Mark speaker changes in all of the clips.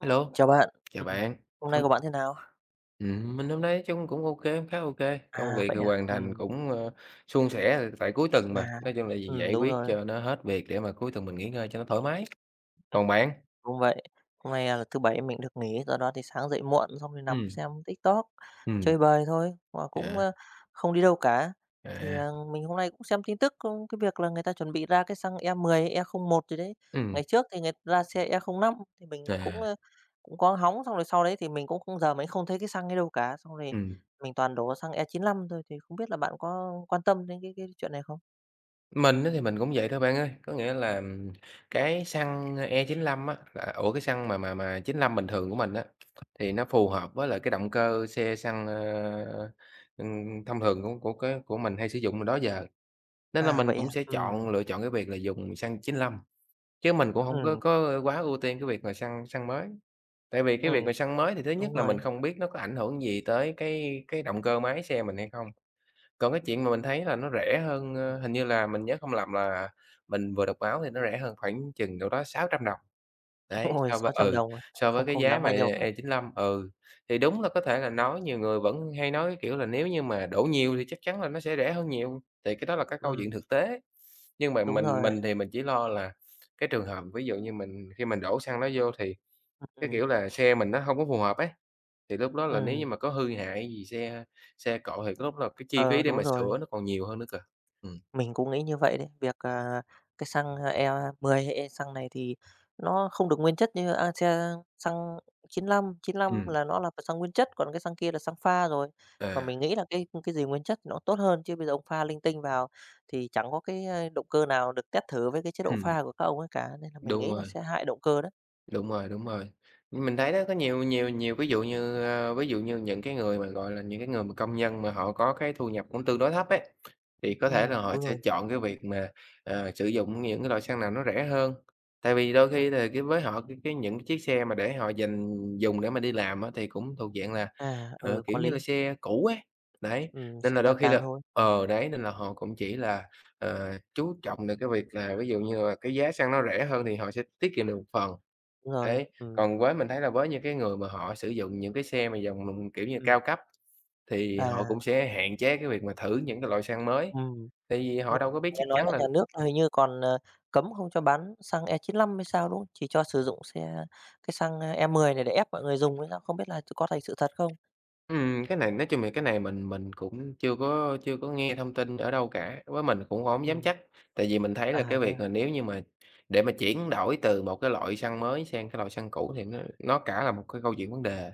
Speaker 1: Ừm,
Speaker 2: Hello,
Speaker 1: chào bạn.
Speaker 2: chào
Speaker 1: Ừm,
Speaker 2: bạn.
Speaker 1: hôm nay
Speaker 2: Hôm
Speaker 1: của bạn thế nào?
Speaker 2: Mình hôm nay nói chung cũng ok, khá ok. Công
Speaker 1: À,
Speaker 2: việc
Speaker 1: vậy
Speaker 2: thì
Speaker 1: à?
Speaker 2: hoàn thành cũng, suôn sẻ, tại cuối tuần
Speaker 1: À,
Speaker 2: mà, nói chung là gì
Speaker 1: ừm,
Speaker 2: giải
Speaker 1: đúng
Speaker 2: quyết
Speaker 1: rồi.
Speaker 2: cho nó hết việc để mà cuối tuần mình nghỉ ngơi cho nó thoải mái. Còn bạn?
Speaker 1: Đúng vậy. Hôm nay là thứ Bảy mình được nghỉ, do đó thì sáng dậy muộn xong rồi nằm
Speaker 2: Ừm,
Speaker 1: xem TikTok,
Speaker 2: ừm,
Speaker 1: chơi bời thôi, mà cũng
Speaker 2: à,
Speaker 1: không đi đâu cả. Thì
Speaker 2: à,
Speaker 1: mình hôm nay cũng xem tin tức, cái việc là người ta chuẩn bị ra cái xăng e mười e không một gì đấy.
Speaker 2: ừm,
Speaker 1: Ngày trước thì người ta ra xe e không năm thì mình
Speaker 2: à,
Speaker 1: cũng có hóng, xong rồi sau đấy thì mình cũng không giờ mình không thấy cái xăng ấy đâu cả, xong rồi
Speaker 2: ừm.
Speaker 1: mình toàn đổ xăng E95 chín lăm thôi, thì không biết là bạn có quan tâm đến cái chuyện này không?
Speaker 2: Mình á thì mình cũng vậy thôi bạn ơi, có nghĩa là, cái xăng e chín lăm á, là ủa, cái xăng mà chín lăm bình thường của mình á, thì nó phù hợp với lại cái động cơ xe xăng, thông thường của mình hay sử dụng từ đó giờ. Nên là
Speaker 1: À,
Speaker 2: mình
Speaker 1: vậy à?
Speaker 2: cũng sẽ chọn lựa chọn cái việc là dùng xăng 95, chứ mình cũng hông có
Speaker 1: Ừm,
Speaker 2: có quá ưu tiên cái việc mà xăng xăng mới. Tại vì cái
Speaker 1: ừm,
Speaker 2: việc mà xăng mới thì thứ nhất
Speaker 1: đúng
Speaker 2: là
Speaker 1: rồi.
Speaker 2: mình không biết nó có ảnh hưởng gì tới cái động cơ máy xe mình hay không. Còn cái chuyện mà mình thấy là nó rẻ hơn, hình như là mình nhớ không lầm là mình vừa đọc báo thì nó rẻ hơn khoảng chừng đâu đó 600 đồng. Đấy,
Speaker 1: Ôi,
Speaker 2: so với
Speaker 1: 600
Speaker 2: ừ,
Speaker 1: đồng à?
Speaker 2: so với
Speaker 1: Không
Speaker 2: cái
Speaker 1: không
Speaker 2: giá
Speaker 1: đáng
Speaker 2: mà
Speaker 1: bao nhiêu cả.
Speaker 2: e chín lăm thì đúng là có thể là nói nhiều người vẫn hay nói, cái kiểu là, nếu như mà đổ nhiều thì chắc chắn là nó sẽ rẻ hơn nhiều, thì cái đó là cái câu
Speaker 1: Ừm,
Speaker 2: chuyện thực tế. Nhưng mà
Speaker 1: đúng
Speaker 2: mình
Speaker 1: rồi.
Speaker 2: mình thì mình chỉ lo là cái trường hợp ví dụ như mình khi mình đổ xăng đó vô thì, cái
Speaker 1: Ừm,
Speaker 2: kiểu là, xe mình nó hông có phù hợp ấy, thì lúc đó là nếu như
Speaker 1: ừm,
Speaker 2: mà có hư hại gì xe xe cộ thì cái lúc đó cái chi
Speaker 1: ờ,
Speaker 2: phí để
Speaker 1: đúng
Speaker 2: mà
Speaker 1: rồi.
Speaker 2: sửa nó còn nhiều hơn nữa cơ. Ừm.
Speaker 1: Mình cũng nghĩ như vậy đấy. Việc cái xăng, E10, xăng này thì nó không được nguyên chất như, xe xăng 95, lăm
Speaker 2: Ừm.
Speaker 1: là nó là xăng nguyên chất, còn cái xăng kia là xăng pha rồi. Mà
Speaker 2: À,
Speaker 1: mình nghĩ là cái gì nguyên chất nó tốt hơn, chứ bây giờ ông pha linh tinh vào thì chẳng có cái, động cơ nào được test thử với cái chế độ
Speaker 2: ừm,
Speaker 1: pha của các ông ấy cả, nên là mình
Speaker 2: đúng
Speaker 1: nghĩ là
Speaker 2: rồi.
Speaker 1: sẽ hại động cơ đó.
Speaker 2: Đúng rồi, đúng rồi. Mình thấy đó có nhiều nhiều nhiều ví dụ như, ví dụ như những cái người mà, gọi là, những cái người mà công nhân mà họ có cái thu nhập cũng tương đối thấp ấy, thì có thể là họ
Speaker 1: Đúng
Speaker 2: sẽ
Speaker 1: rồi.
Speaker 2: chọn cái việc mà, sử dụng những cái loại xăng nào nó rẻ hơn. Tại vì đôi
Speaker 1: Ừm,
Speaker 2: khi là cái với họ cái những cái chiếc xe mà để họ dành dùng để mà đi làm á, thì cũng thuộc dạng là,
Speaker 1: à, ừ,
Speaker 2: kiểu
Speaker 1: có
Speaker 2: như là,
Speaker 1: lý.
Speaker 2: xe cũ ấy, đấy,
Speaker 1: Sẽ
Speaker 2: nên là
Speaker 1: tàn
Speaker 2: đôi khi
Speaker 1: tàn
Speaker 2: là
Speaker 1: thôi.
Speaker 2: đấy, nên là họ cũng chỉ là, chú trọng được cái việc là ví dụ như là cái giá xăng nó rẻ hơn thì họ sẽ tiết kiệm được một phần.
Speaker 1: Đúng rồi.
Speaker 2: Đấy,
Speaker 1: ừm,
Speaker 2: còn với mình thấy là với những cái người mà họ sử dụng những cái xe mà dòng, kiểu như,
Speaker 1: ừm,
Speaker 2: cao cấp thì họ
Speaker 1: à,
Speaker 2: cũng sẽ hạn chế cái việc mà thử những cái loại xăng mới,
Speaker 1: ừm,
Speaker 2: tại vì
Speaker 1: nhưng
Speaker 2: họ đâu có biết
Speaker 1: nghe
Speaker 2: chắc
Speaker 1: nói
Speaker 2: chắn
Speaker 1: là
Speaker 2: là
Speaker 1: nhà nước là hình như còn cấm không cho bán xăng e chín lăm hay sao, đúng không? Chỉ cho sử dụng xe cái xăng e mười này để ép mọi người dùng hay sao? Không biết là có thành sự thật không?
Speaker 2: cái này nói chung là cái này mình cũng chưa có nghe thông tin ở đâu cả, với mình cũng hổng dám
Speaker 1: Ừm,
Speaker 2: chắc. Tại vì mình thấy
Speaker 1: à,
Speaker 2: là cái
Speaker 1: thế
Speaker 2: việc
Speaker 1: à?
Speaker 2: là nếu như mà để mà chuyển đổi từ một cái loại xăng mới sang cái loại xăng cũ thì nó cả là một cái câu chuyện vấn đề,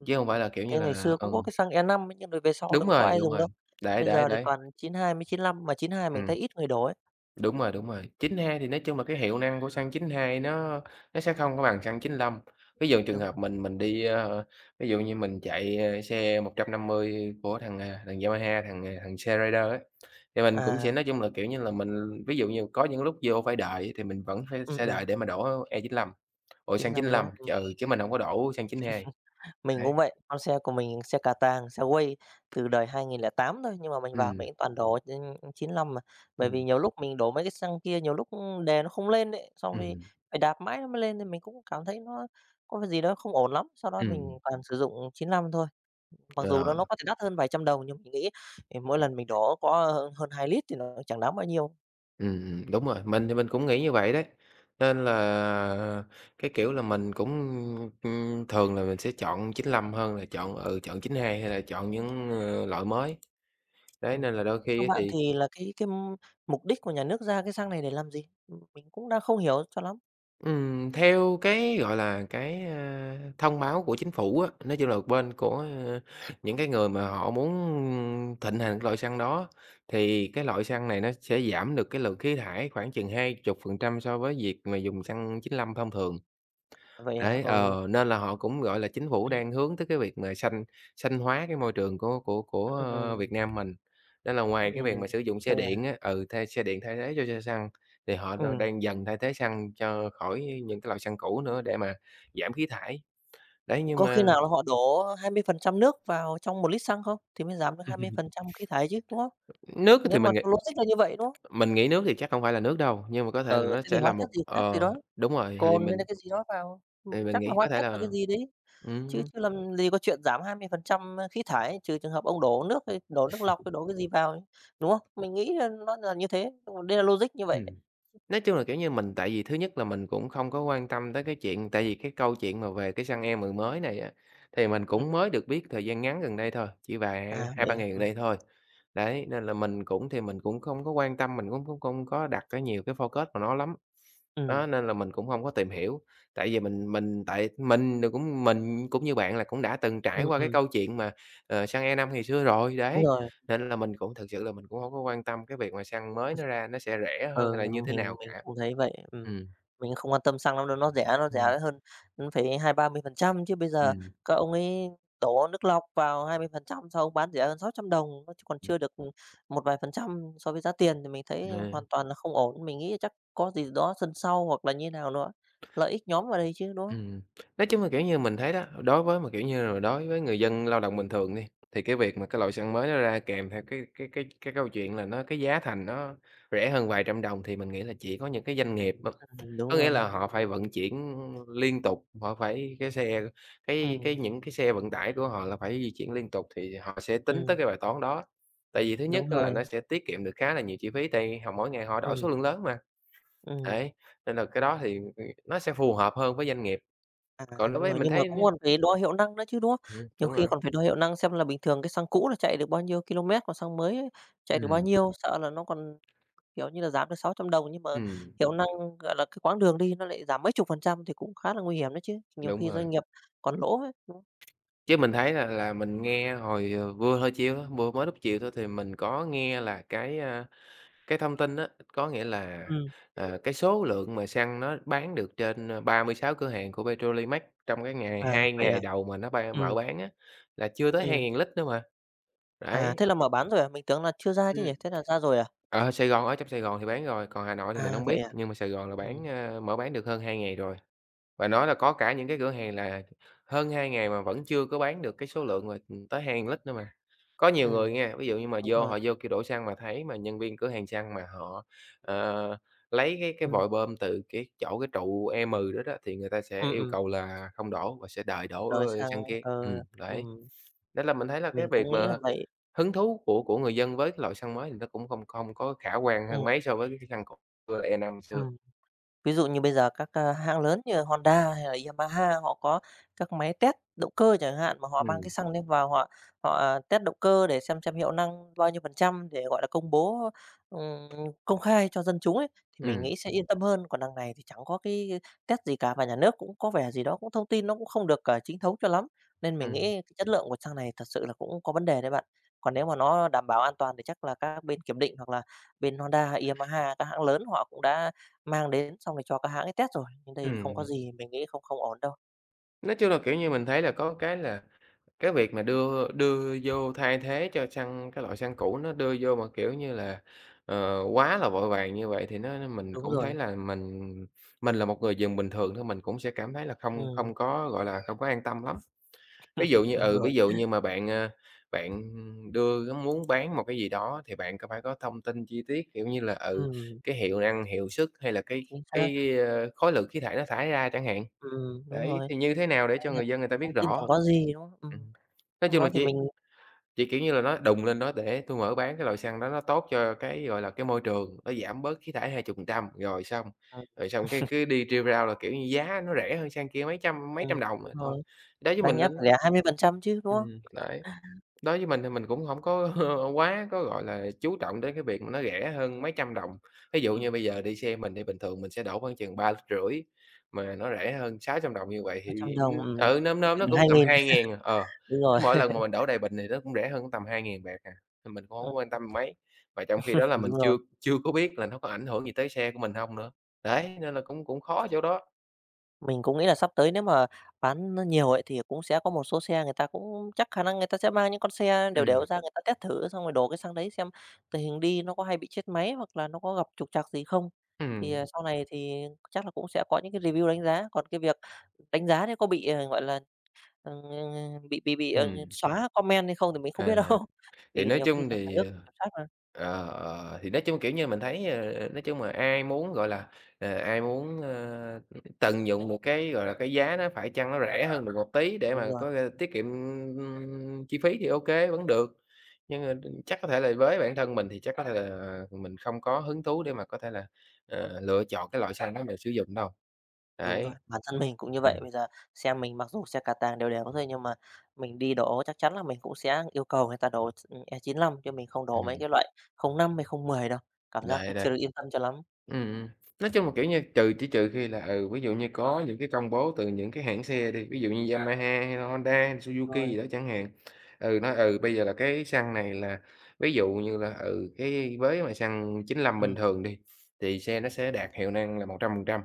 Speaker 1: Ừm,
Speaker 2: chứ hông phải là, kiểu
Speaker 1: thế
Speaker 2: như
Speaker 1: ngày
Speaker 2: là.
Speaker 1: xưa cũng có
Speaker 2: Ừm,
Speaker 1: cái xăng e năm ấy, nhưng rồi về sau thì cũng có ai
Speaker 2: đúng
Speaker 1: dùng
Speaker 2: rồi,
Speaker 1: đâu.
Speaker 2: đấy,
Speaker 1: Bây
Speaker 2: đấy,
Speaker 1: giờ thì
Speaker 2: đấy,
Speaker 1: toàn chín hai mới chín lăm mà chín hai mình
Speaker 2: ừm.
Speaker 1: thấy ít người đổ ấy.
Speaker 2: Đúng rồi, đúng rồi. 92 thì nói chung là cái hiệu năng của xăng 92 nó sẽ không có bằng xăng 95. Ví dụ trường
Speaker 1: Đúng
Speaker 2: hợp
Speaker 1: rồi.
Speaker 2: mình đi, ví dụ như mình chạy, xe 150 của thằng Yamaha, thằng xe Raider ấy, thì mình cũng
Speaker 1: à,
Speaker 2: sẽ nói chung là, kiểu như là, mình ví dụ như có những lúc vô phải đợi thì mình vẫn phải
Speaker 1: ừm,
Speaker 2: sẽ
Speaker 1: ừm,
Speaker 2: đợi để mà đổ E95, ủa,
Speaker 1: chín
Speaker 2: xăng
Speaker 1: lăm đúng
Speaker 2: 95,
Speaker 1: không? Ừm.
Speaker 2: chứ mình không có đổ xăng 92.
Speaker 1: Mình
Speaker 2: Đấy,
Speaker 1: cũng vậy, con xe của mình xe cà tàng, xe quay từ đời 2008 thôi, nhưng mà mình vào mình
Speaker 2: ừm,
Speaker 1: cũng toàn đổ, trên chín 95 mà. Bởi vì
Speaker 2: ừm,
Speaker 1: nhiều lúc mình đổ mấy cái xăng kia, nhiều lúc đè nó không lên ấy, xong thì
Speaker 2: ừm,
Speaker 1: phải đạp mãi nó mới lên, nên mình cũng cảm thấy nó có cái gì đó không ổn lắm. Sau đó
Speaker 2: ừm,
Speaker 1: mình toàn sử dụng 95 thôi, mặc dù nó
Speaker 2: ờ.
Speaker 1: nó có thể đắt hơn vài trăm đồng, nhưng mình nghĩ thì mỗi lần mình đổ có hơn hơn 2 lít thì nó chẳng đáng bao nhiêu.
Speaker 2: Đúng rồi, mình thì mình cũng nghĩ như vậy đấy. Nên là cái kiểu là mình cũng, thường là mình sẽ chọn chín lăm hơn là chọn chín hai hay là chọn những, loại mới. Đấy,
Speaker 1: Ừm.
Speaker 2: nên là đôi khi
Speaker 1: Theo
Speaker 2: á
Speaker 1: bạn
Speaker 2: thì,
Speaker 1: thì là cái mục đích của nhà nước ra cái xăng này để làm gì? Mình cũng đang không hiểu cho lắm.
Speaker 2: theo cái, gọi là, cái, thông báo của chính phủ á, nói chung là bên của, ơ, những cái người mà họ muốn thịnh hành cái loại xăng đó, thì cái loại xăng này nó sẽ giảm được cái lượng khí thải khoảng chừng 20% so với việc mà dùng xăng chín lăm thông thường.
Speaker 1: Vậy hả?
Speaker 2: Đấy, nên là họ cũng, gọi là, chính phủ
Speaker 1: Ừ.
Speaker 2: đang hướng tới cái việc mà xanh xanh hóa cái môi trường của
Speaker 1: Ừm,
Speaker 2: Việt Nam mình. Nên là ngoài cái
Speaker 1: ừm,
Speaker 2: việc mà sử dụng xe
Speaker 1: vậy à?
Speaker 2: điện á, thay xe điện thay thế cho xe xăng, thì họ đ
Speaker 1: Ừm,
Speaker 2: đang dần thay thế xăng cho khỏi những cái loại xăng cũ nữa để mà giảm khí thải. Đấy, nhưng
Speaker 1: có khi
Speaker 2: mà
Speaker 1: nào là họ đổ 20% nước vào trong một lít xăng không? Thì mới giảm được hai mươi phần trăm khí thải chứ, đúng không?
Speaker 2: nước
Speaker 1: Nếu
Speaker 2: thì
Speaker 1: mà
Speaker 2: mình nghĩ
Speaker 1: theo logic là như vậy, đúng không?
Speaker 2: mình nghĩ nước thì chắc không phải là nước đâu, nhưng mà có thể là
Speaker 1: Ừ,
Speaker 2: nó
Speaker 1: thế thì
Speaker 2: sẽ
Speaker 1: hóa
Speaker 2: là
Speaker 1: chất
Speaker 2: một.
Speaker 1: gì khác gì
Speaker 2: Ờ,
Speaker 1: đó,
Speaker 2: đúng rồi, thì
Speaker 1: cồn hay là
Speaker 2: mình
Speaker 1: cái gì đó vào,
Speaker 2: thì mình
Speaker 1: chắc là
Speaker 2: nghĩ
Speaker 1: hóa
Speaker 2: có thể
Speaker 1: chất hoặc cái
Speaker 2: là
Speaker 1: gì đấy, chứ
Speaker 2: ừm
Speaker 1: chứ làm gì có chuyện giảm 20% khí thải, trừ trường hợp ông đổ nước hay đổ nước lọc hay đổ cái gì vào ấy, đúng không? Mình nghĩ là nó là như thế, đây là logic như vậy.
Speaker 2: hứm. Nói chung là, kiểu như, mình tại vì thứ nhất là mình cũng không có quan tâm tới cái chuyện tại vì cái câu chuyện mà về cái xăng E10 mới này á, thì mình
Speaker 1: Ừm,
Speaker 2: cũng mới được biết thời gian ngắn gần đây thôi, chỉ vài
Speaker 1: à,
Speaker 2: hai
Speaker 1: vậy
Speaker 2: ba
Speaker 1: à?
Speaker 2: ngày gần đây thôi. Đấy, nên là mình cũng thì mình cũng không có quan tâm, mình cũng cũng không có đặt cái nhiều cái focus vào nó lắm.
Speaker 1: Ừm,
Speaker 2: Đó, nên là mình cũng hông có tìm hiểu, tại vì mình tại mình rồi cũng mình cũng như bạn là cũng đã từng trải
Speaker 1: ừm,
Speaker 2: qua cái
Speaker 1: ừm,
Speaker 2: câu chuyện mà, xăng E5 ngày xưa rồi,
Speaker 1: đúng
Speaker 2: đấy,
Speaker 1: rồi.
Speaker 2: nên là mình cũng thực sự là mình cũng hông có quan tâm cái việc mà xăng mới nó ra nó sẽ rẻ hơn
Speaker 1: Ừ,
Speaker 2: hay là như thế
Speaker 1: mình
Speaker 2: nào
Speaker 1: mình
Speaker 2: cả.
Speaker 1: cũng thấy vậy.
Speaker 2: Ừm.
Speaker 1: Mình không quan tâm xăng lắm đâu, nó
Speaker 2: Ừm,
Speaker 1: rẻ hơn, nó phải hai ba mươi phần trăm chứ bây giờ
Speaker 2: ừm,
Speaker 1: các ông ấy đổ nước lọc vào 20% sao ông bán rẻ hơn 600 đồng, nó chỉ còn
Speaker 2: ừm.
Speaker 1: chưa được, một vài phần trăm so với giá tiền thì mình thấy
Speaker 2: Ờ.
Speaker 1: hoàn toàn là không ổn. Mình nghĩ chắc có gì đó sân sau hoặc là như nào nữa lợi ích nhóm vào đây chứ, đúng không?
Speaker 2: Ừm, nói chung là, kiểu như, mình thấy đó, đối với mà, kiểu như là, đối với người dân lao động bình thường đi, thì cái việc mà cái loại xăng mới nó ra kèm theo cái câu chuyện là nó cái giá thành nó rẻ hơn vài trăm đồng thì mình nghĩ là chỉ có những cái doanh nghiệp á,
Speaker 1: Ừm, đúng
Speaker 2: có nghĩa
Speaker 1: rồi,
Speaker 2: là họ phải vận chuyển liên tục, họ phải cái xe cái
Speaker 1: ừm,
Speaker 2: cái những cái xe vận tải của họ là phải di chuyển liên tục thì họ sẽ tính
Speaker 1: ừm,
Speaker 2: tới cái bài toán đó. Tại vì thứ nhất
Speaker 1: đúng
Speaker 2: á là
Speaker 1: rồi,
Speaker 2: nó sẽ tiết kiệm được khá là nhiều chi phí, tại họ mỗi ngày họ đổi số
Speaker 1: ừm,
Speaker 2: lượng lớn mà.
Speaker 1: ừm.
Speaker 2: Đấy, nên là cái đó thì, nó sẽ phù hợp hơn với doanh nghiệp,
Speaker 1: À,
Speaker 2: còn đối
Speaker 1: đúng
Speaker 2: với
Speaker 1: rồi,
Speaker 2: mình
Speaker 1: nhưng mà
Speaker 2: thấy,
Speaker 1: cũng còn phải đo hiệu năng nữa chứ, đúng không? Nhiều
Speaker 2: đúng
Speaker 1: khi
Speaker 2: rồi,
Speaker 1: còn phải đo hiệu năng xem là bình thường cái xăng cũ là chạy được bao nhiêu km còn xăng mới ấy, chạy được bao
Speaker 2: ừm,
Speaker 1: nhiêu, sợ là nó còn, kiểu như là, giảm được 600 đồng nhưng mà
Speaker 2: ừm,
Speaker 1: hiệu năng, gọi là, cái quãng đường đi nó lại giảm mấy chục phần trăm thì cũng khá là nguy hiểm đấy chứ, nhiều
Speaker 2: đúng
Speaker 1: khi
Speaker 2: rồi.
Speaker 1: doanh nghiệp còn lỗ ấy, đúng không?
Speaker 2: Chứ mình thấy là mình nghe hồi, vừa hơi chiều thôi, vừa mới lúc chiều thôi thì mình có nghe là cái, cái thông tin á, có nghĩa là,
Speaker 1: Ừm,
Speaker 2: cái số lượng mà xăng nó bán được trên, 36 cửa hàng của Petrolimax trong cái ngày
Speaker 1: à,
Speaker 2: hai
Speaker 1: vậy à?
Speaker 2: ngày đầu mà nó ba mở
Speaker 1: Ừm,
Speaker 2: bán á, là chưa tới
Speaker 1: ừm,
Speaker 2: 2.000 lít nữa mà.
Speaker 1: thế
Speaker 2: Đấy.
Speaker 1: là mở bán rồi à? Mình tưởng là chưa ra chứ
Speaker 2: Ừm.
Speaker 1: nhỉ? Thế là ra rồi à?
Speaker 2: Ở Sài Gòn, ở trong Sài Gòn thì bán rồi, còn Hà Nội thì mình
Speaker 1: À,
Speaker 2: hông
Speaker 1: vậy
Speaker 2: biết,
Speaker 1: à?
Speaker 2: nhưng mà Sài Gòn là
Speaker 1: Ừm,
Speaker 2: mở bán được hơn 2 ngày rồi. Và nó là có cả những cái cửa hàng là hơn 2 ngày mà vẫn chưa có bán được cái số lượng mà, tới 2 lít nữa mà. Có nhiều
Speaker 1: ừm,
Speaker 2: người nghe, ví dụ như mà
Speaker 1: đúng
Speaker 2: vô
Speaker 1: rồi,
Speaker 2: họ vô kêu đổ xăng mà thấy mà nhân viên cửa hàng xăng mà họ, ờ, lấy cái
Speaker 1: ừm,
Speaker 2: vòi bơm từ cái chỗ cái trụ E10 đó đó, thì người ta sẽ
Speaker 1: ừm,
Speaker 2: yêu
Speaker 1: ừm,
Speaker 2: cầu là không đổ và sẽ đợi đổ,
Speaker 1: đổi sang
Speaker 2: xăng kia.
Speaker 1: ờ,
Speaker 2: Đấy,
Speaker 1: ừm,
Speaker 2: nên là mình thấy là
Speaker 1: mình
Speaker 2: cái việc
Speaker 1: cũng nghĩ là
Speaker 2: mà
Speaker 1: vậy.
Speaker 2: hứng thú của người dân với cái loại xăng mới thì nó cũng không không có khả quan hơn
Speaker 1: Ừm,
Speaker 2: mấy so với cái xăng cũ xưa là E5 xưa.
Speaker 1: ừm. Ví dụ như bây giờ các, hãng lớn như Honda hay là Yamaha họ có các máy test động cơ chẳng hạn, mà họ mang cái
Speaker 2: Ừm,
Speaker 1: xăng lên vào họ họ à, test động cơ để xem hiệu năng bao nhiêu phần trăm để, gọi là, công bố, ừm, công khai cho dân chúng ấy, thì mình
Speaker 2: ừm,
Speaker 1: nghĩ sẽ yên tâm hơn. Còn đằng này thì chẳng có cái test gì cả, và nhà nước cũng có vẻ gì đó cũng thông tin nó cũng không được chính thống cho lắm, nên mình nghĩ
Speaker 2: ừm,
Speaker 1: cái chất lượng của xăng này thật sự là cũng có vấn đề đấy bạn. Còn nếu mà nó đảm bảo an toàn thì chắc là các bên kiểm định hoặc là bên Honda hay Yamaha, các hãng lớn họ cũng đã mang đến xong rồi cho các hãng ấy test rồi, nhưng đây không có
Speaker 2: ừm.
Speaker 1: gì, mình nghĩ không không ổn đâu.
Speaker 2: Nói chung là, kiểu như, mình thấy là có cái là cái việc mà đưa đưa vô thay thế cho xăng cái loại xăng cũ nó đưa vô mà, kiểu như là, ờ, quá là vội vàng như vậy thì nó mình
Speaker 1: Đúng
Speaker 2: cũng
Speaker 1: rồi,
Speaker 2: thấy là mình là một người dùng bình thường thôi, mình cũng sẽ cảm thấy là không
Speaker 1: ừm,
Speaker 2: không có, gọi là, không có an tâm lắm. Ví dụ như
Speaker 1: đúng rồi,
Speaker 2: ví dụ như mà bạn, bạn muốn bán một cái gì đó thì bạn có phải có thông tin chi tiết, kiểu như là, ừ,
Speaker 1: ừm,
Speaker 2: cái hiệu năng, hiệu suất hay là cái
Speaker 1: chính xác,
Speaker 2: cái, ơ, khối lượng khí thải nó thải ra chẳng hạn.
Speaker 1: đúng
Speaker 2: Đấy,
Speaker 1: rồi,
Speaker 2: thì như thế nào để
Speaker 1: hay
Speaker 2: cho
Speaker 1: là
Speaker 2: người dân người ta biết
Speaker 1: thông tin chẳng
Speaker 2: rõ.
Speaker 1: có gì, đúng không? Ừm,
Speaker 2: Ừm, nói
Speaker 1: xong
Speaker 2: chung
Speaker 1: đó
Speaker 2: là
Speaker 1: thì
Speaker 2: chị
Speaker 1: mình
Speaker 2: chị kiểu như là, nó đùng lên đó để tôi mở bán cái loại xăng đó nó tốt cho cái, gọi là, cái môi trường, nó giảm bớt khí thải hai chục phần trăm
Speaker 1: ừm,
Speaker 2: rồi xong cái cứ đi rêu rao là, kiểu như, giá nó rẻ hơn xăng kia mấy trăm đồng
Speaker 1: đúng
Speaker 2: rồi
Speaker 1: rồi,
Speaker 2: thôi. Đó với
Speaker 1: đáng
Speaker 2: mình
Speaker 1: nhẽ
Speaker 2: nên
Speaker 1: phải lẻ 20% chứ, đúng không?
Speaker 2: đấy. Đối với mình thì mình cũng hổng có quá có, gọi là, chú trọng đến cái việc mà nó rẻ hơn mấy trăm đồng. Ví dụ như
Speaker 1: Ừm,
Speaker 2: bây giờ đi xe mình thì bình thường mình sẽ đổ khoảng chừng ba lít, rưỡi, mà nó rẻ hơn 600 đồng như vậy
Speaker 1: mấy trăm
Speaker 2: thì,
Speaker 1: đồng,
Speaker 2: nôm
Speaker 1: tiết
Speaker 2: nôm
Speaker 1: kiệm
Speaker 2: nó
Speaker 1: được
Speaker 2: cũng
Speaker 1: hai
Speaker 2: tầm
Speaker 1: nghìn
Speaker 2: hai ngàn à, ờ.
Speaker 1: Đúng rồi,
Speaker 2: Cứ mỗi lần mà mình đổ đầy bình thì nó cũng rẻ hơn tầm hai ngàn bạt à, thì mình cũng hổng có quan
Speaker 1: ừm.
Speaker 2: tâm mấy. Và trong khi đó là mình
Speaker 1: Đúng rồi.
Speaker 2: chưa chưa có biết là nó có ảnh hưởng gì tới xe của mình hông nữa. Đấy, nên là cũng cũng khó chỗ đó.
Speaker 1: Mình cũng nghĩ là sắp tới nếu mà bán nó nhiều ấy, thì cũng sẽ có một số xe người ta cũng chắc khả năng người ta sẽ mang những con xe đều đều
Speaker 2: Ừm,
Speaker 1: ra người ta test thử, xong rồi đổ cái xăng đấy xem tình hình đi nó có hay bị chết máy hoặc là nó có gặp trục trặc gì không. Thì
Speaker 2: ừm,
Speaker 1: sau này thì chắc là cũng sẽ có những cái review đánh giá, còn cái việc đánh giá đấy có bị gọi là ờ, bị bị bị, ờ,
Speaker 2: ừm,
Speaker 1: xóa comment hay không thì mình không
Speaker 2: à.
Speaker 1: biết đâu,
Speaker 2: Thì
Speaker 1: vì
Speaker 2: nói
Speaker 1: nhiều khi
Speaker 2: chung
Speaker 1: là nhà
Speaker 2: thì,
Speaker 1: nước
Speaker 2: ờ,
Speaker 1: cũng kiểm soát mà.
Speaker 2: ờ, ờ, thì nói chung, kiểu như, mình thấy, nói chung là ai muốn, ai muốn, tận dụng một cái, gọi là, cái giá nó phải chăng nó rẻ hơn được một tí để
Speaker 1: Đúng
Speaker 2: mà có thể tiết kiệm, ưm, chi phí thì ok vẫn được. Nhưng mà chắc có thể là với bản thân mình thì chắc có thể là mình không có hứng thú để mà có thể là, lựa chọn cái loại xăng đó mình sử dụng đâu.
Speaker 1: Đúng rồi,
Speaker 2: Đấy.
Speaker 1: bản thân mình cũng như vậy.
Speaker 2: Ừm,
Speaker 1: Bây giờ xe mình mặc dù xe cà tàng đều đều thôi nhưng mà mình đi đổ chắc chắn là mình cũng sẽ yêu cầu người ta đổ, E95 chứ mình không đổ mấy
Speaker 2: ừm,
Speaker 1: cái loại không năm hay không mười đâu, cảm giác cũng
Speaker 2: đấy,
Speaker 1: chưa
Speaker 2: đây.
Speaker 1: được yên tâm cho lắm.
Speaker 2: Ừm, ừm. Nói chung là, kiểu như, trừ khi là, ví dụ như có những cái công bố từ những cái hãng xe đi, ví dụ như à. Yamaha hay là Honda hay là Suzuki
Speaker 1: Rồi,
Speaker 2: gì đó chẳng hạn, nói, bây giờ là cái xăng này là ví dụ như là, cái với mà xăng chín lăm bình
Speaker 1: ừm,
Speaker 2: thường đi, thì xe nó sẽ đạt hiệu năng là 100%.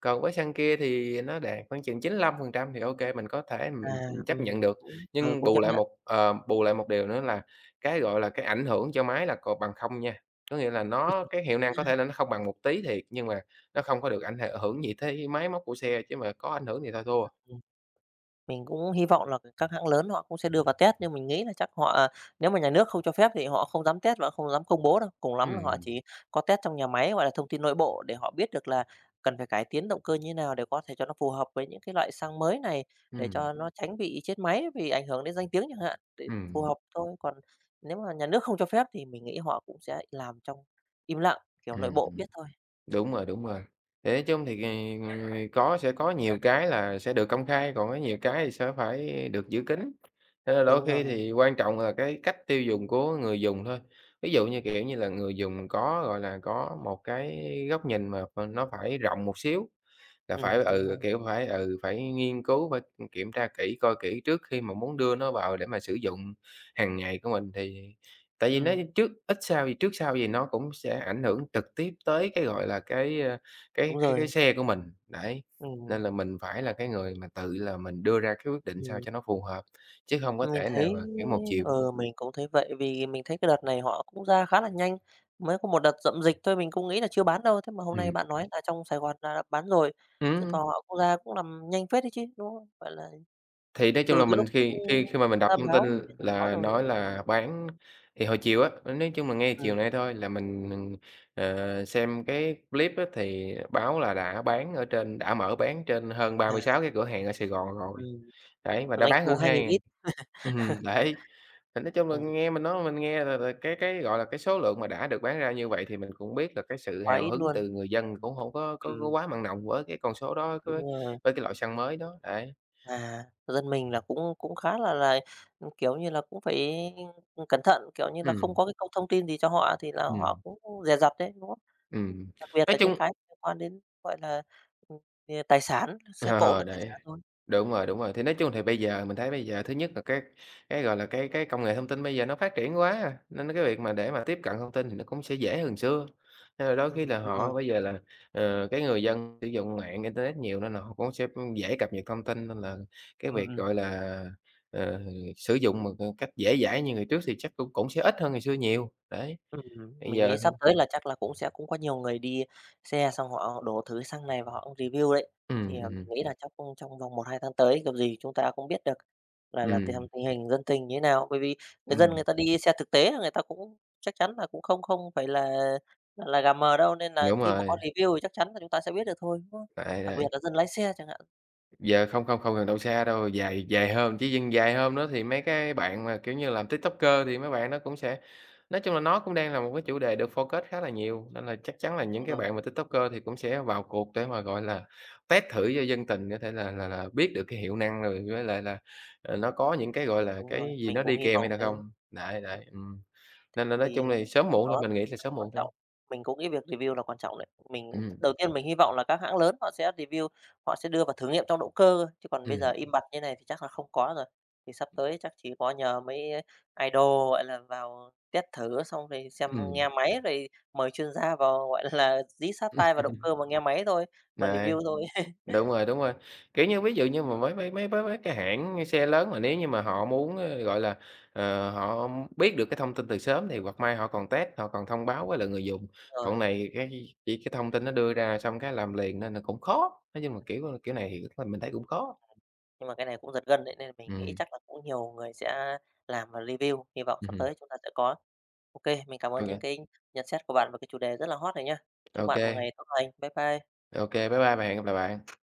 Speaker 2: Còn với xăng kia thì nó đạt khoảng chừng chín lăm phần trăm thì ô kê, mình có thể
Speaker 1: à,
Speaker 2: mình, chấp nhận được.
Speaker 1: cũng
Speaker 2: Nhưng
Speaker 1: cũng
Speaker 2: bù
Speaker 1: chấp
Speaker 2: lại
Speaker 1: nhận.
Speaker 2: một ờ, bù lại một điều nữa là cái, gọi là, cái ảnh hưởng cho máy là còn bằng không nha. Có nghĩa là cái hiệu năng có thể là nó không bằng một tí thiệt, nhưng mà nó không có được ảnh hệ hưởng gì tới máy móc của xe, chứ mà có ảnh hưởng thì thôi thua.
Speaker 1: Mình cũng hy vọng là các hãng lớn họ cũng sẽ đưa vào test, nhưng mình nghĩ là chắc họ nếu mà nhà nước không cho phép thì họ không dám test và không dám công bố đâu. Cùng lắm là họ
Speaker 2: Ừm,
Speaker 1: chỉ có test trong nhà máy, gọi là, thông tin nội bộ để họ biết được là cần phải cải tiến động cơ như thế nào để có thể cho nó phù hợp với những cái loại xăng mới này, để
Speaker 2: ừm,
Speaker 1: cho nó tránh bị chết máy vì ảnh hưởng đến danh tiếng chẳng hạn, để phù
Speaker 2: ừm,
Speaker 1: hợp thôi. Còn nếu mà nhà nước không cho phép thì mình nghĩ họ cũng sẽ làm trong im lặng, kiểu,
Speaker 2: ừm,
Speaker 1: nội bộ
Speaker 2: ừm.
Speaker 1: biết thôi.
Speaker 2: Đúng rồi, đúng rồi. Thế nói chung thì, ờ, có sẽ có nhiều cái là sẽ được công khai, còn có nhiều cái thì sẽ phải được giữ kín. Cho nên là
Speaker 1: Đúng
Speaker 2: đôi khi
Speaker 1: rồi,
Speaker 2: thì quan trọng là cái cách tiêu dùng của người dùng thôi. Ví dụ như, kiểu như là, người dùng có, gọi là, có một cái góc nhìn mà nó phải rộng một xíu. Là phải,
Speaker 1: đúng rồi,
Speaker 2: kiểu, phải, phải nghiên cứu, phải, kiểm tra kỹ, coi kỹ trước khi mà muốn đưa nó vào để mà sử dụng hàng ngày của mình thì tại vì nó
Speaker 1: ừm,
Speaker 2: trước sau gì nó cũng sẽ ảnh hưởng trực tiếp tới cái, gọi là, cái
Speaker 1: đúng
Speaker 2: cái cái
Speaker 1: rồi,
Speaker 2: xe của mình, đấy.
Speaker 1: ừm,
Speaker 2: Nên là mình phải là cái người mà tự là mình đưa ra cái quyết định sao
Speaker 1: ừm.
Speaker 2: cho nó phù hợp, chứ không có
Speaker 1: Mình
Speaker 2: thể nào
Speaker 1: thấy
Speaker 2: mà, kiểu, một chiều.
Speaker 1: mình cũng thấy vậy, vì mình thấy cái đợt này họ cũng ra khá là nhanh, mới có một đợt rậm dịch thôi mình cũng nghĩ là chưa bán đâu, thế mà hôm nay
Speaker 2: Ừm.
Speaker 1: bạn nói là trong Sài Gòn là đã bán rồi, chứng tỏ
Speaker 2: Ừm.
Speaker 1: họ cũng ra cũng làm nhanh phết đấy chứ, đúng không? Gọi là,
Speaker 2: Thì nói chung
Speaker 1: từ
Speaker 2: là
Speaker 1: cái lúc,
Speaker 2: mình khi khi khi mà mình đọc
Speaker 1: ra
Speaker 2: thông tin
Speaker 1: báo bây giờ có
Speaker 2: là
Speaker 1: rồi.
Speaker 2: nói là bán thì hồi chiều á, nói chung là ngay chiều
Speaker 1: Ừm,
Speaker 2: nay thôi là mình, xem cái clip á, thì báo là đã mở bán trên hơn ba
Speaker 1: à,
Speaker 2: mươi sáu cái cửa hàng ở Sài Gòn rồi,
Speaker 1: ừm,
Speaker 2: đấy, và đã
Speaker 1: doanh
Speaker 2: bán
Speaker 1: thu
Speaker 2: hơn
Speaker 1: 2.000
Speaker 2: hai
Speaker 1: ít,
Speaker 2: 000 Đấy, thì nói chung là
Speaker 1: ừm,
Speaker 2: nghe mình nói mình nghe là cái, gọi là, cái số lượng mà đã được bán ra như vậy thì mình cũng biết là cái sự
Speaker 1: quá
Speaker 2: hào
Speaker 1: ít
Speaker 2: hứng
Speaker 1: luôn.
Speaker 2: từ người dân cũng hổng
Speaker 1: Ừm,
Speaker 2: có quá mặn nồng với cái con số đó,
Speaker 1: đúng rồi.
Speaker 2: với cái loại xăng mới đó, đấy.
Speaker 1: À, thực mình là cũng cũng khá là, ừ, kiểu như là, cũng phải cẩn thận, kiểu như là, không
Speaker 2: Ừm,
Speaker 1: có cái câu thông tin gì cho họ thì là họ
Speaker 2: ừm.
Speaker 1: cũng dè dặt đấy, đúng không?
Speaker 2: Ừm,
Speaker 1: Đặc biệt
Speaker 2: nói
Speaker 1: là những
Speaker 2: chung
Speaker 1: cái liên quan đến, gọi là, ừm, tài sản, xe cộ là
Speaker 2: ờ,
Speaker 1: tài
Speaker 2: đấy,
Speaker 1: sản rồi.
Speaker 2: đúng rồi, đúng rồi. Thì nói chung thì bây giờ thứ nhất là cái, gọi là, cái công nghệ thông tin bây giờ nó phát triển quá à, nên cái việc mà để mà tiếp cận thông tin thì nó cũng sẽ dễ hơn xưa. Nên là đôi khi là
Speaker 1: Đúng rồi.
Speaker 2: họ bây giờ là, cái người dân sử dụng mạng internet nhiều nên là họ cũng sẽ, dễ cập nhật thông tin nên là cái
Speaker 1: Ừm,
Speaker 2: việc,
Speaker 1: ừm.
Speaker 2: ờ, sử dụng một, cách dễ dãi như ngày trước thì chắc cũng cũng sẽ ít hơn ngày xưa nhiều, đấy.
Speaker 1: Ừm,
Speaker 2: Bây
Speaker 1: mình nghĩ
Speaker 2: giờ thì
Speaker 1: sắp tới là chắc là cũng sẽ cũng có nhiều người đi xe xong họ đổ thử xăng này và họ review đấy.
Speaker 2: ừm,
Speaker 1: Thì mình
Speaker 2: ừm,
Speaker 1: nghĩ là chắc cũng trong vòng một hai tháng tới kiểu gì chúng ta cũng biết được là tình
Speaker 2: ừm,
Speaker 1: tình hình dân tình như thế nào. Bởi vì người dân người
Speaker 2: ừm,
Speaker 1: ta đi xe thực tế là người ta cũng chắc chắn là cũng không không phải là là gà mờ đâu, nên là
Speaker 2: đúng
Speaker 1: khi mà có
Speaker 2: rồi,
Speaker 1: review thì chắc chắn là chúng ta sẽ biết được thôi, đúng không?
Speaker 2: đấy,
Speaker 1: Đặc biệt
Speaker 2: đấy.
Speaker 1: là dân lái xe chẳng hạn.
Speaker 2: Giờ không cần đâu xa đâu, dài dài hôm, chỉ dài hôm nữa thì mấy cái bạn mà, kiểu như, làm TikToker thì mấy bạn nó cũng sẽ nói chung là nó cũng đang là một cái chủ đề được focus khá là nhiều, nên là chắc chắn là những
Speaker 1: Đúng
Speaker 2: cái
Speaker 1: rồi,
Speaker 2: bạn mà TikToker thì cũng sẽ vào cuộc để mà, gọi là, test thử cho dân tình có thể là biết được cái hiệu năng rồi với lại là, nó có những cái, gọi là,
Speaker 1: đúng rồi,
Speaker 2: cái gì
Speaker 1: mình
Speaker 2: nó
Speaker 1: cũng
Speaker 2: đi
Speaker 1: hy
Speaker 2: kèm
Speaker 1: vọng
Speaker 2: hay là
Speaker 1: thế.
Speaker 2: không. Đấy, đấy, nên là nói
Speaker 1: Thì
Speaker 2: chung thì
Speaker 1: cái
Speaker 2: sớm
Speaker 1: việc
Speaker 2: muộn thôi,
Speaker 1: đó
Speaker 2: mình nghĩ
Speaker 1: thì cũng
Speaker 2: là
Speaker 1: rất là
Speaker 2: sớm
Speaker 1: quan
Speaker 2: muộn thôi.
Speaker 1: trọng. Mình cũng nghĩ việc review là quan trọng đấy. Mình
Speaker 2: Ừm,
Speaker 1: đầu tiên mình hy vọng là các hãng lớn họ sẽ review, họ sẽ đưa vào thử nghiệm trong động cơ cơ, chứ còn bây giờ
Speaker 2: ừm,
Speaker 1: im bặt như này thì chắc là không có rồi. Thì sắp tới chắc chỉ có nhờ mấy idol, gọi là, vào test thử xong rồi xem
Speaker 2: ừm.
Speaker 1: nghe máy, rồi mời chuyên gia vào, gọi là, dí sát tai vào động cơ mà nghe máy thôi, mà
Speaker 2: Đấy.
Speaker 1: review thôi.
Speaker 2: Đúng rồi, đúng rồi. Kiểu như, ví dụ như mà mấy mấy mấy mấy mấy cái hãng xe lớn mà nếu như mà họ muốn, gọi là, họ biết được cái thông tin từ sớm thì hoặc may họ còn test, họ còn thông báo với lại người dùng. Còn
Speaker 1: Rồi,
Speaker 2: này cái cái thông tin nó đưa ra xong cái làm liền nên là cũng khó, nói chung là kiểu kiểu này thì mình thấy cũng khó.
Speaker 1: nhưng mà cái này cũng giật gân đấy, nên mình nghĩ
Speaker 2: Ừm,
Speaker 1: chắc là cũng nhiều người sẽ làm và review, hy vọng sắp
Speaker 2: ừm.
Speaker 1: tới chúng ta sẽ có. OK, mình cảm ơn những
Speaker 2: Ok,
Speaker 1: cái nhận xét của bạn về cái chủ đề rất là hot này nhá. Chúc
Speaker 2: ok,
Speaker 1: bạn
Speaker 2: kê,
Speaker 1: một ngày tốt lành. Bye bye.
Speaker 2: bye bye bạn, hẹn gặp lại bạn.